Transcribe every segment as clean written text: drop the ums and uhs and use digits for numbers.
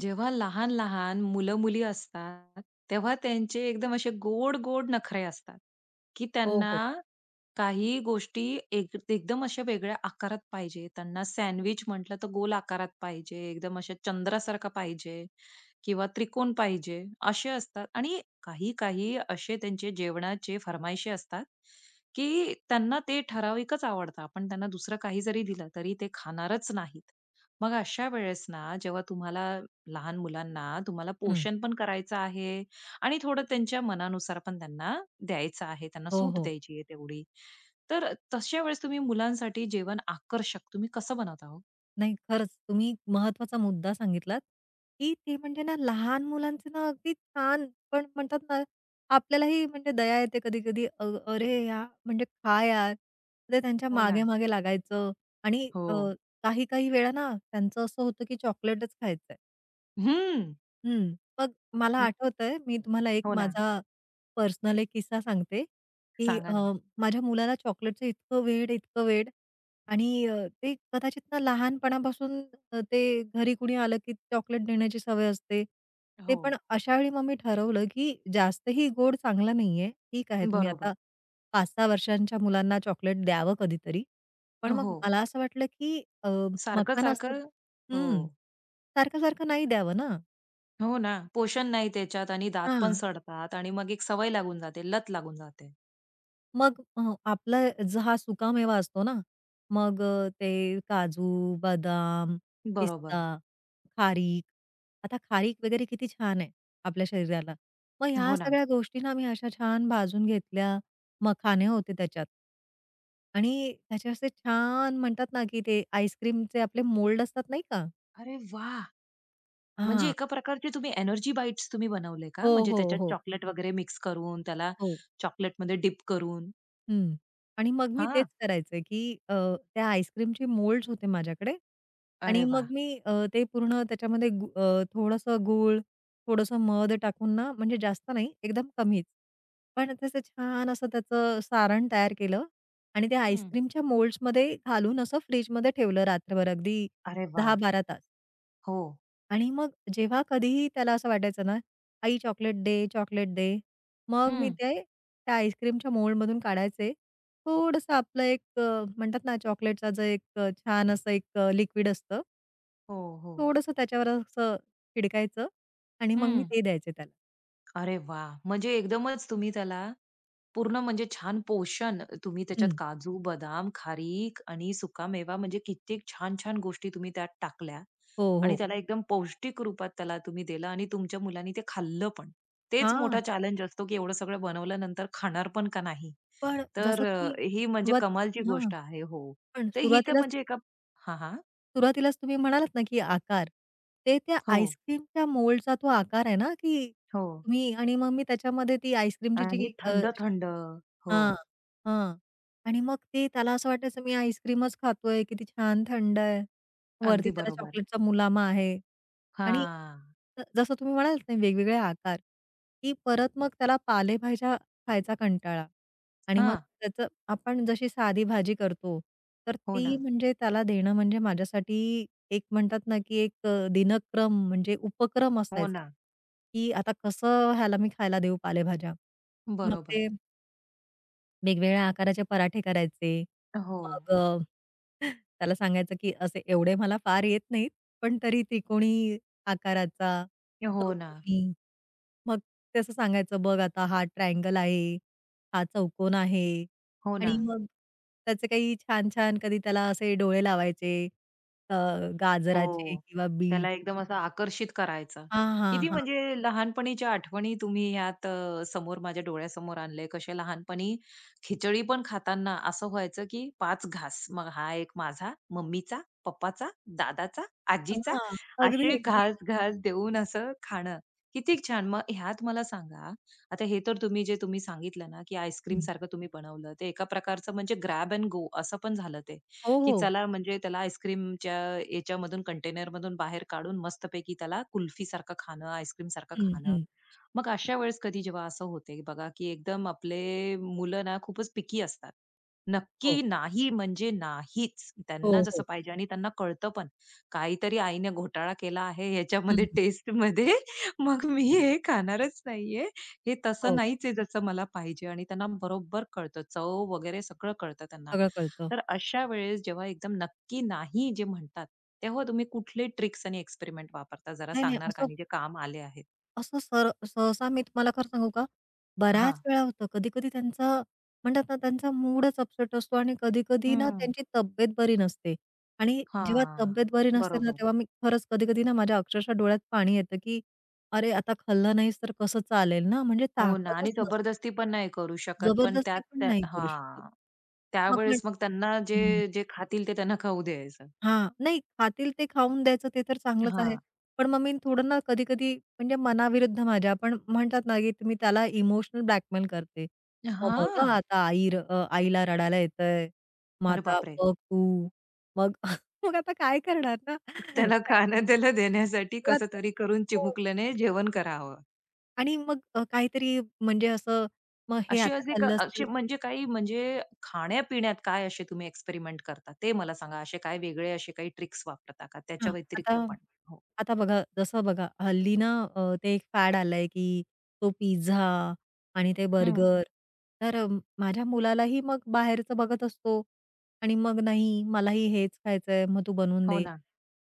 जेव्हा लहान-लहान मुलं-मुली असतात, तेव्हा त्यांचे एकदम असे गोड-गोड नखरे असतात, की हो, त्यांना हो. काही गोष्टी एकदम अशा वेगळ्या आकारात पाहिजे. त्यांना सँडविच म्हटलं तर गोल आकारात पाहिजे, एकदम अशा चंद्रासारखा पाहिजे किंवा त्रिकोण पाहिजे, असे असतात. आणि काही-काही असे त्यांचे जेवणाचे फर्माईशी असतात, की त्यांना ते ठराविकच आवडतं. आपण त्यांना दुसरं काही जरी दिलं, तरी ते खाणारच नाहीत. मग अशा वेळेस ना, जेव्हा तुम्हाला लहान मुलांना तुम्हाला हं. पोषण पण करायचं आहे आणि थोडं त्यांच्या मनानुसार पण त्यांना द्यायचं आहे, त्यांना हो, सूट हो. द्यायची आहे तेवढी. तर तशा वेळेस तुम्ही मुलांसाठी जेवण आकर्षक तुम्ही कसं बनवता हो? नाही, खरंच तुम्ही महत्त्वाचा मुद्दा सांगितलात, की ते म्हणजे ना लहान मुलांचे ना अगदी छान. पण म्हणतात ना, आपल्यालाही म्हणजे दया येते कधी-कधी, "अरे या, म्हणजे खा यार." ते त्यांच्या हो ना. मागे-मागे लागायचं आणि हो. काही-काही वेळा ना त्यांचं असं होतं, की चॉकलेटच खायचंय. हं. हं. मग मला म आठवतंय, मी तुम्हाला एक हो ना. माझा पर्सनल एक किस्सा सांगते, की सांगा ना? माझ्या मुलाला चॉकलेटचं इतकं वेड, इतकं वेड. आणि ते कदाचित ना लहानपणापासून ते घरी कुणी आलं, की चॉकलेट देण्याची सवय असते. ते हो. पण अशा वेळी मग मी ठरवलं, की जास्तही गोड चांगला नाहीये. ठीक आहे, तुम्ही बरोबर. आता 5-6 वर्षांच्या मुलांना चॉकलेट द्यावं कधीतरी. पण मग हो. मला असं वाटलं, की मखाना असतो. सारखं-सारखं हो. हं. सारखं-सारखं नाही द्यावं ना. हो ना. पोषण नाही त्याच्यात आणि दात पण हां. सडतात आणि मग एक सवय लागून जाते, लत लागून जाते. मग आपला जो हा सुकामेवा असतो ना, मग ते काजू, बदाम, बरोबर. पिस्ता, खारीक. आता खारीक वगैरे किती छान आहे आपल्या शरीराला. मग ह्या हो ना. सगळ्या गोष्टी ना मी अशा छान भाजून घेतल्या, मखाने होते त्याच्यात. आणि त्याचे असे छान म्हणतात ना, की ते आईस्क्रीमचे आपले मोल्ड असतात नाही का? अरे वाह! म्हणजे हां. एका प्रकारचे तुम्ही एनर्जी बाईट्स तुम्ही बनवले का? हो, म्हणजे हो, त्याच्यात हो. चॉकलेट वगैरे मिक्स करून, त्याला हो. चॉकलेटमध्ये डिप करून? हं. आणि मग मी तेच हां. करायचे, की त्या आईस्क्रीमचे मोल्ड्स होते माझ्याकडे. आणि अरे मग वाह! मी, ते पूर्ण त्याच्यामध्ये थोडंसं गूळ, थोडंसं मध टाकून ना, म्हणजे जास्त नाही, एकदम कमीच. पण तसं छान असं त्याचं सारण तयार केलं आणि त्या हं. आईस्क्रीमच्या मोल्ड्समध्ये घालून असं फ्रिजमध्ये ठेवलं रात्रभर अगदी अरे वाह! 10-12 तास. हो. आणि मग जेव्हा कधीही त्याला असं वाटायचं ना, "आई चॉकलेट दे, चॉकलेट दे." मग मी हं. ते त्या आईस्क्रीमच्या मोल्डमधून काढायचे. थोडंसं म्हणतात ना चॉकलेटचा जो एक, छान असं एक लिक्विड असतं, हो, हो. थोडंसं त्याच्यावर असं छिडकायचं आणि मग मी हं. ते द्यायचे त्याला. अरे वाह! म्हणजे एकदमच तुम्ही त्याला पूर्ण म्हणजे छान पोषण तुम्ही त्याच्यात हं. काजू, बदाम, खारीक आणि सुकामेवा म्हणजे कित्येक छान-छान गोष्टी तुम्ही त्यात टाकल्या हो, आणि हो. त्याला एकदम पौष्टिक रूपात त्याला तुम्ही दिलं आणि तुमच्या मुलांनी ते खाल्लं पण. तेच हां. मोठा चॅलेंज असतो, की एवढं सगळं बनवल्यानंतर खाणार पण का नाही? पण जसं तर तुम्ही ही म्हणजे सुरुवात कमालची हां. गोष्ट आहे. हो. पण तर ही तर सुरुवातीला म्हणजे एका हां, हां. सुरुवातीलाच तुम्ही म्हणालात ना, की आकार. ते त्या हो, आईस्क्रीमच्या मोल्डचा तो आकार आहे ना, की हो. तुम्ही आणि मग मी त्याच्यामध्ये ती आईस्क्रीमची आणि जी अशी थंड-थंड. हो, हां, हां. आणि मग ते त्याला असं वाटायचं मी आईस्क्रीमच खातोय, किती छान थंड आहे. वरती अगदी त्याला बरोबर. चॉकलेटचा मुलामा आहे. आणि हां. जसं तुम्ही म्हणालात ना, वेगवेगळे आकार, की परत मग त्याला पालेभाज्या खायचा कंटाळा. आणि मग हां. त्याचं आपण जशी साधी भाजी करतो, तर हो ती ना. म्हणजे त्याला देणं म्हणजे माझ्यासाठी एक म्हणतात ना, की एक दिनक्रम म्हणजे उपक्रम हो असायचा, ना. की आता कसं ह्याला मी खायला देऊ पालेभाज्या. मग बरोबर. ते वेगवेगळ्या आकाराचे पराठे करायचे. हो. मग त्याला सांगायचं, की असे एवढे मला फार येत नाहीत, पण तरी त्रिकोणी आकाराचा, हो ना, चौकोनी मग तसं सांगायचं, "बघ आता हा ट्रायंगल आहे, हा चौकोन आहे." हो आणि ना. हं. मग त्याचे काही छान-छान कधी त्याला असे डोळे लावायचे, अ, गाजराचे हो. किंवा बीट. त्याला एकदम असं आकर्षित करायचं. हां, हां, किती हां. म्हणजे लहानपणीच्या आठवणी तुम्ही ह्यात समोर माझ्या डोळ्यासमोर आणले. कसे लहानपणी खिचडी पण खाताना असं व्हायचं, की 5 घास. मग हा एक माझा, मम्मीचा, पप्पाचा, दादाचा, आजीचा हां, अगदी, असे अगदी. घास-घास देऊन असं खाणं. किती छान. मग ह्यात मला सांगा, आता हे तर तुम्ही जे तुम्ही सांगितलं ना, की हं. आईस्क्रीमसारखं तुम्ही बनवलं. ते एका प्रकारचं म्हणजे ग्रॅब एंड गो असं पण झालं ते. हो, की हो. चला म्हणजे त्याला आईस्क्रीमच्या याच्यामधून कंटेनरमधून बाहेर काढून मस्तपैकी त्याला कुल्फीसारखं खाणं, आईस्क्रीमसारखं हं, खाणं. हं. मग अशा वेळेस कधी जेव्हा असं होते बघा, की एकदम आपले मुलं ना खूपच पिकी असतात. हो, नक्की नाही म्हणजे नाहीच. हो, त्यांना जसं हो. पाहिजे आणि त्यांना कळतं पण. काहीतरी आईने घोटाळा केला आहे ह्याच्यामध्ये हं, टेस्टमध्ये मग मी हे खाणारच नाहीये. हे तसं हो. नाहीच आहे जसं मला पाहिजे आणि त्यांना बरोबर कळतं. चव वगैरे सगळं कळतं त्यांना. सगळं कळतं. तर अशा वेळेस जेव्हा एकदम नक्की नाही जे म्हणतात, तेव्हा तुम्ही कुठले ट्रिक्स आणि एक्सपेरिमेंट वापरता जरा नाही, नाही. सांगणार का? असं आणि जे काम आले आहेत? असं सर सहसा मी तुम्हाला खरं सांगू का, बऱ्याच हां. वेळा होतं. कधी-कधी त्यांचा म्हणतात ना, त्यांचा मूडच अपसेट असतो आणि कधी-कधी ना, हं. त्यांची तब्येत बरी नसते. आणि जेव्हा हां. तब्येत बरी नसते ना, बरोबर. तेव्हा मी खरंच कधी-कधी ना, माझ्या अक्षरशः डोळ्यात पाणी येतं, की अरे, आता खाल्लं नाहीस तर कसं चालेल ना, म्हणजे हो ना ताकदच आणि नसते. जबरदस्ती पण नाही करू शकत. पण जबरदस्ती त्यात पण त्या नाही करू शकत. हां. मग म्हण त्यावेळेस मग त्यांना हं. जे खातील ते त्यांना खाऊ द्यायचं. हां. नाही, खातील ते खाऊन द्यायचं ते तर चांगलंच आहे. हां. पण मग मी थोडं ना कधी-कधी म्हणजे मनाविरुद्ध माझ्या पण म्हणतात ना, की मी त्याला इमोशनल ब्लॅकमेल करते. "मग बघ हां. आता, आईला रडायला येतंय. मग अरे आता बापरे! बघ तू." मग मग आता काय करणार ना? त्याला खाणं त्याला देण्यासाठी मला कसं तर तरी करून हो. चिमुकल्याने जेवण करावं. आणि मग काहीतरी म्हणजे असं मग हे असे आता असे क खाल्लंस तर असे म्हणजे काही म्हणजे खाण्यापिण्यात काय असे तुम्ही एक्सपेरिमेंट करता? ते मला सांगा. असे काय वेगळे असे काही ट्रिक्स वापरता का? हां, त्याच्या आता व्यतिरिक्त पण? हो. आता बघा, जसं बघा हल्ली ना, ते एक फॅड आलंय, की तो पिझ्झा आणि ते हं. बर्गर. तर अ, माझ्या मुलालाही मग बाहेरचं बघत असतो आणि मग नाही मलाही हेच खायचंय, मग तू बनवून हो दे. ना,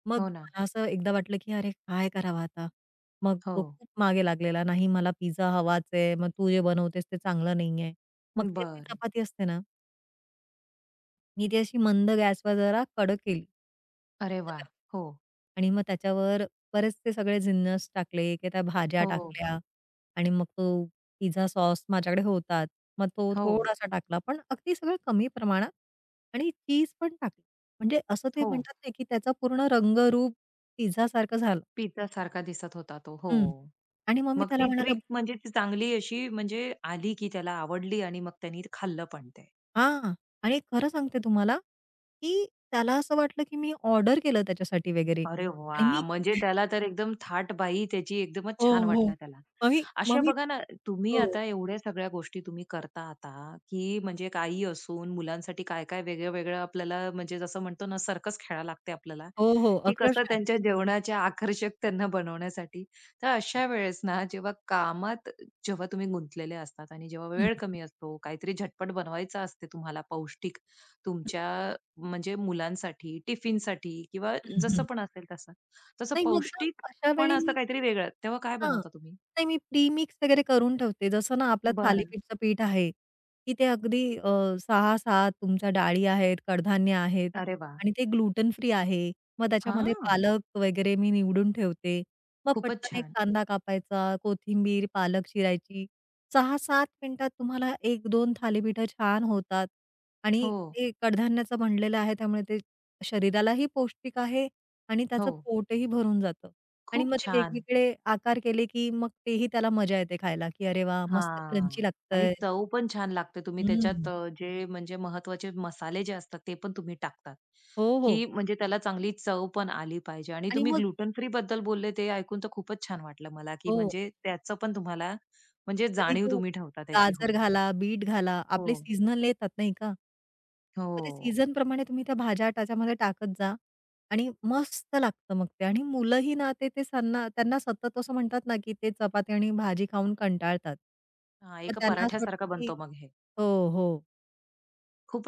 मग हो ना. मला असं एकदा वाटलं, की अरे काय करावं आता? मग हो. तो खूप मागे लागलेला, नाही मला पिझ्झा हवाच आहे, मग तू जे बनवतेस ते चांगलं नाहीये. मग ते आपली बर, चपाती असते ना, मी ती अशी मंद गॅसवर जरा कडक केली. अरे वा, तव्यावर. हो, आणि मग त्याच्यावर बरेचसे सगळे जिन्नस टाकले, की त्या भाज्या हो, टाकल्या आणि मग तो पिझ्झा सॉस माझ्याकडे होताच. मग तो हो, थोडासा टाकला, पण अगदी सगळं कमी प्रमाणात आणि चीज पण टाकली. म्हणजे असं ते हो. म्हणतात ना, की त्याचा पूर्ण रंगरूप पिझ्झासारखं झालं. पिझ्झासारखा दिसत होता तो. हो. हं. आणि मग मी मग त्याला ती म्हणाला ट्रिक म्हणजे ती चांगली अशी म्हणजे आली, की त्याला आवडली आणि मग त्यांनी खाल्लं पण ते? हां. आणि खरं सांगते तुम्हाला, की त्याला असं वाटलं, की मी ऑर्डर केलं त्याच्यासाठी वगैरे. अरे आणि वा, मी म्हणजे त्याला तर एकदम थाट थाटबाई त्याची एकदमच हो, छान हो. वाटला त्याला. मग मी मग अशा मी बघा ना, तुम्ही हो. आता एवढ्या सगळ्या गोष्टी तुम्ही करता आता, की म्हणजे एक आई असून मुलांसाठी काय-काय वेगळं-वेगळं आपल्याला म्हणजे जसं म्हणतो ना सर्कस खेळायला लागते आपल्याला, हो, हो. की कसं अक्षरशः. त्यांच्या जेवणाच्या आकर्षक त्यांना बनवण्यासाठी. तर अशा वेळेस ना जेव्हा कामात जेव्हा तुम्ही गुंतलेले असतात आणि जेव्हा हं, वेळ हं, कमी असतो, काहीतरी झटपट बनवायचं असते तुम्हाला पौष्टिक तुमच्या म्हणजे मुलांसाठी, टिफिनसाठी किंवा हं, जसं हं, पण असेल तसं. तसं नाही मग ना, पौष्टिक अशा पण वेळी असं मी काहीतरी वेगळं. तेव्हा काय हां. बनवता तुम्ही? नाही, मी प्री-मिक्स वगैरे करून ठेवते. जसं ना आपलं बरं. थालीपीठचं पीठ आहे, की ते अगदी 6-6 तुमच्या डाळी आहेत, कडधान्य आहेत अरे वाह! आणि ते ग्लुटन फ्री आहे. मग त्याच्यामध्ये हां. पालक वगैरे मी निवडून ठेवते. मग खूपच पटकन एक छान. कांदा कापायचा, कोथिंबीर, पालक चिरायची. 6-7 मिनिटात तुम्हाला 1-2 थालीपीठं छान होतात आणि हो, ते कडधान्याचं बनलेलं आहे त्यामुळे ते शरीरालाही पौष्टिक आहे आणि त्याचं हो. पोटही भरून जातं. आणि खूप मग ते छान. वेगवेगळे आकार केले, की मग तेही त्याला मजा येते खायला, की अरे वा, मस्त हां. क्रंची आणि लागतंय. चव पण छान लागते. तुम्ही त्याच्यात हं. जे म्हणजे महत्त्वाचे मसाले जे असतात ते पण तुम्ही टाकतात, हो, हो. की म्हणजे त्याला चांगली चव पण आली पाहिजे. आणि आणि तुम्ही मग ग्लुटन फ्री बद्दल बोलले ते ऐकून तर खूपच छान वाटलं मला, की हो, म्हणजे त्याचं पण तुम्हाला म्हणजे कधी जाणीव तो तुम्ही ठेवता त्याची. गाजर हो. घाला, बीट घाला, हो. आपले सीझनल येतात नाही का? मग ते हो. सीझनप्रमाणे तुम्ही त्या भाज्या त्याच्यामध्ये टाकत जा आणि मस्त लागतं मग ते आणि मुलंही ना ते ते त्यांना त्यांना सतत असं म्हणतात ना, की ते चपाती आणि भाजी खाऊन कंटाळतात. हां, मग एका त्यांना असं वाटतं, पराठ्यासारखा की बनतो मग हे. हो, हो.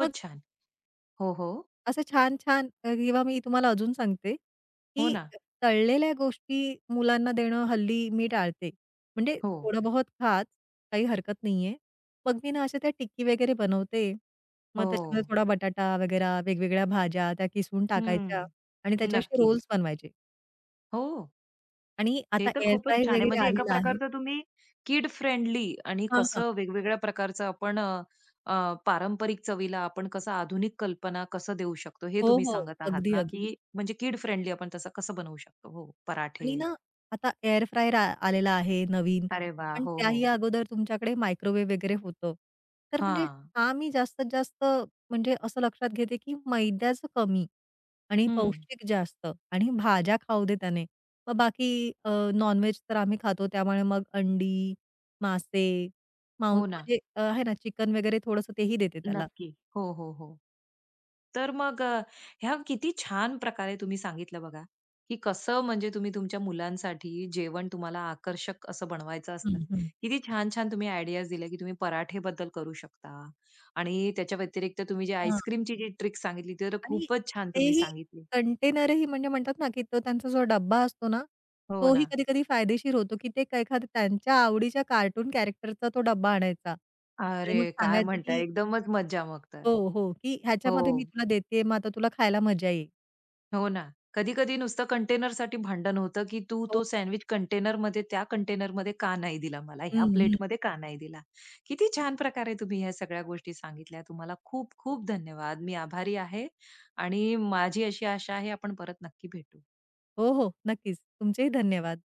मग छान. हो, हो. असं छान-छान किंवा मी तुम्हाला अजून सांगते, हो की ना. तळलेल्या गोष्टी मुलांना देणं हल्ली मी टाळते. म्हणजे हो, थोडं बहुत खात, काही हरकत नाहीये. मग मी ना अशा त्या टिक्की वगैरे बनवते. मग त्याच्यामध्ये हो. थोडा बटाटा वगैरे, वेगवेगळ्या भाज्या त्या किसून टाकायच्या हं. आणि त्याचे असे नक्की. रोल्स बनवायचे. हो. आणि ते आता तर एअर खूपच फ्रायर छान आहे. वगैरे म्हणजे एका आलेला आहे. प्रकारचं तुम्ही किड फ्रेंडली आणि हां, हां. कसं वेगवेगळ्या प्रकारचं आपण अ, अ, पारंपरिक चवीला आपण कसं आधुनिक कल्पना कसं देऊ शकतो, हे हो, तुम्ही हो. सांगत आहात अगदी, ना, अगदी. की म्हणजे किड फ्रेंडली आपण तसं कसं बनवू शकतो. हो, पराठे. आणि ना आता एअर फ्रायर आलेला आहे नवीन, अरे वाह! पण हो, त्याही हो. अगोदर तुमच्याकडे मायक्रोवेव्ह वगैरे होतं. तर म्हणजे हां. हा मी जास्तीत जास्त म्हणजे असं लक्षात घेते, की मैद्याचं कमी आणि हं. पौष्टिक जास्त आणि भाज्या खाऊ दे त्याने. मग बाकी नॉन, तर आम्ही खातो त्यामुळे मग अंडी, मासे, मांस हो ना. म्हणजे, आहे ना चिकन वगैरे थोडंसं तेही देते त्याला. नक्की. हो, हो, हो. तर मग ह्या किती छान प्रकारे तुम्ही सांगितलं बघा, की कसं म्हणजे तुम्ही तुमच्या मुलांसाठी जेवण तुम्हाला आकर्षक असं बनवायचं असतं. हं, किती छान-छान तुम्ही आयडियाज दिल्या, की तुम्ही पराठेबद्दल करू शकता आणि त्याच्या व्यतिरिक्त तुम्ही जी हं. आईस्क्रीमची जी ट्रिक सांगितली, ती तर आणि खूपच छान तुम्ही तेही सांगितली. कंटेनरही म्हणजे म्हणतात ना, की तो त्यांचा जो डब्बा असतो ना, हो तोही ना. कधी-कधी फायदेशीर होतो, की ते एखाद्या त्यांच्या आवडीच्या कार्टून कॅरेक्टरचा तो डब्बा आणायचा आणि अरे, मग काय सांगायचं, म्हणताय? की एकदमच मज्जा मग तर. हो, हो, की ह्याच्यामध्ये मी हो. तुला देतेय, मग आता तुला खायला मजा येईल. हो ना. कधी-कधी नुसतं कंटेनरसाठी भांडण होतं, की "तू हो. तो सँडविच कंटेनरमध्ये, त्या कंटेनरमध्ये का नाही दिला मला? हं, ह्या हं. प्लेटमध्ये का नाही दिला?" किती छान प्रकारे तुम्ही ह्या सगळ्या गोष्टी सांगितल्या. तुम्हाला खूप खूप धन्यवाद. मी आभारी आहे आणि माझी अशी आशा आहे आपण परत नक्की भेटू. हो, हो. नक्कीच. तुमचेही धन्यवाद.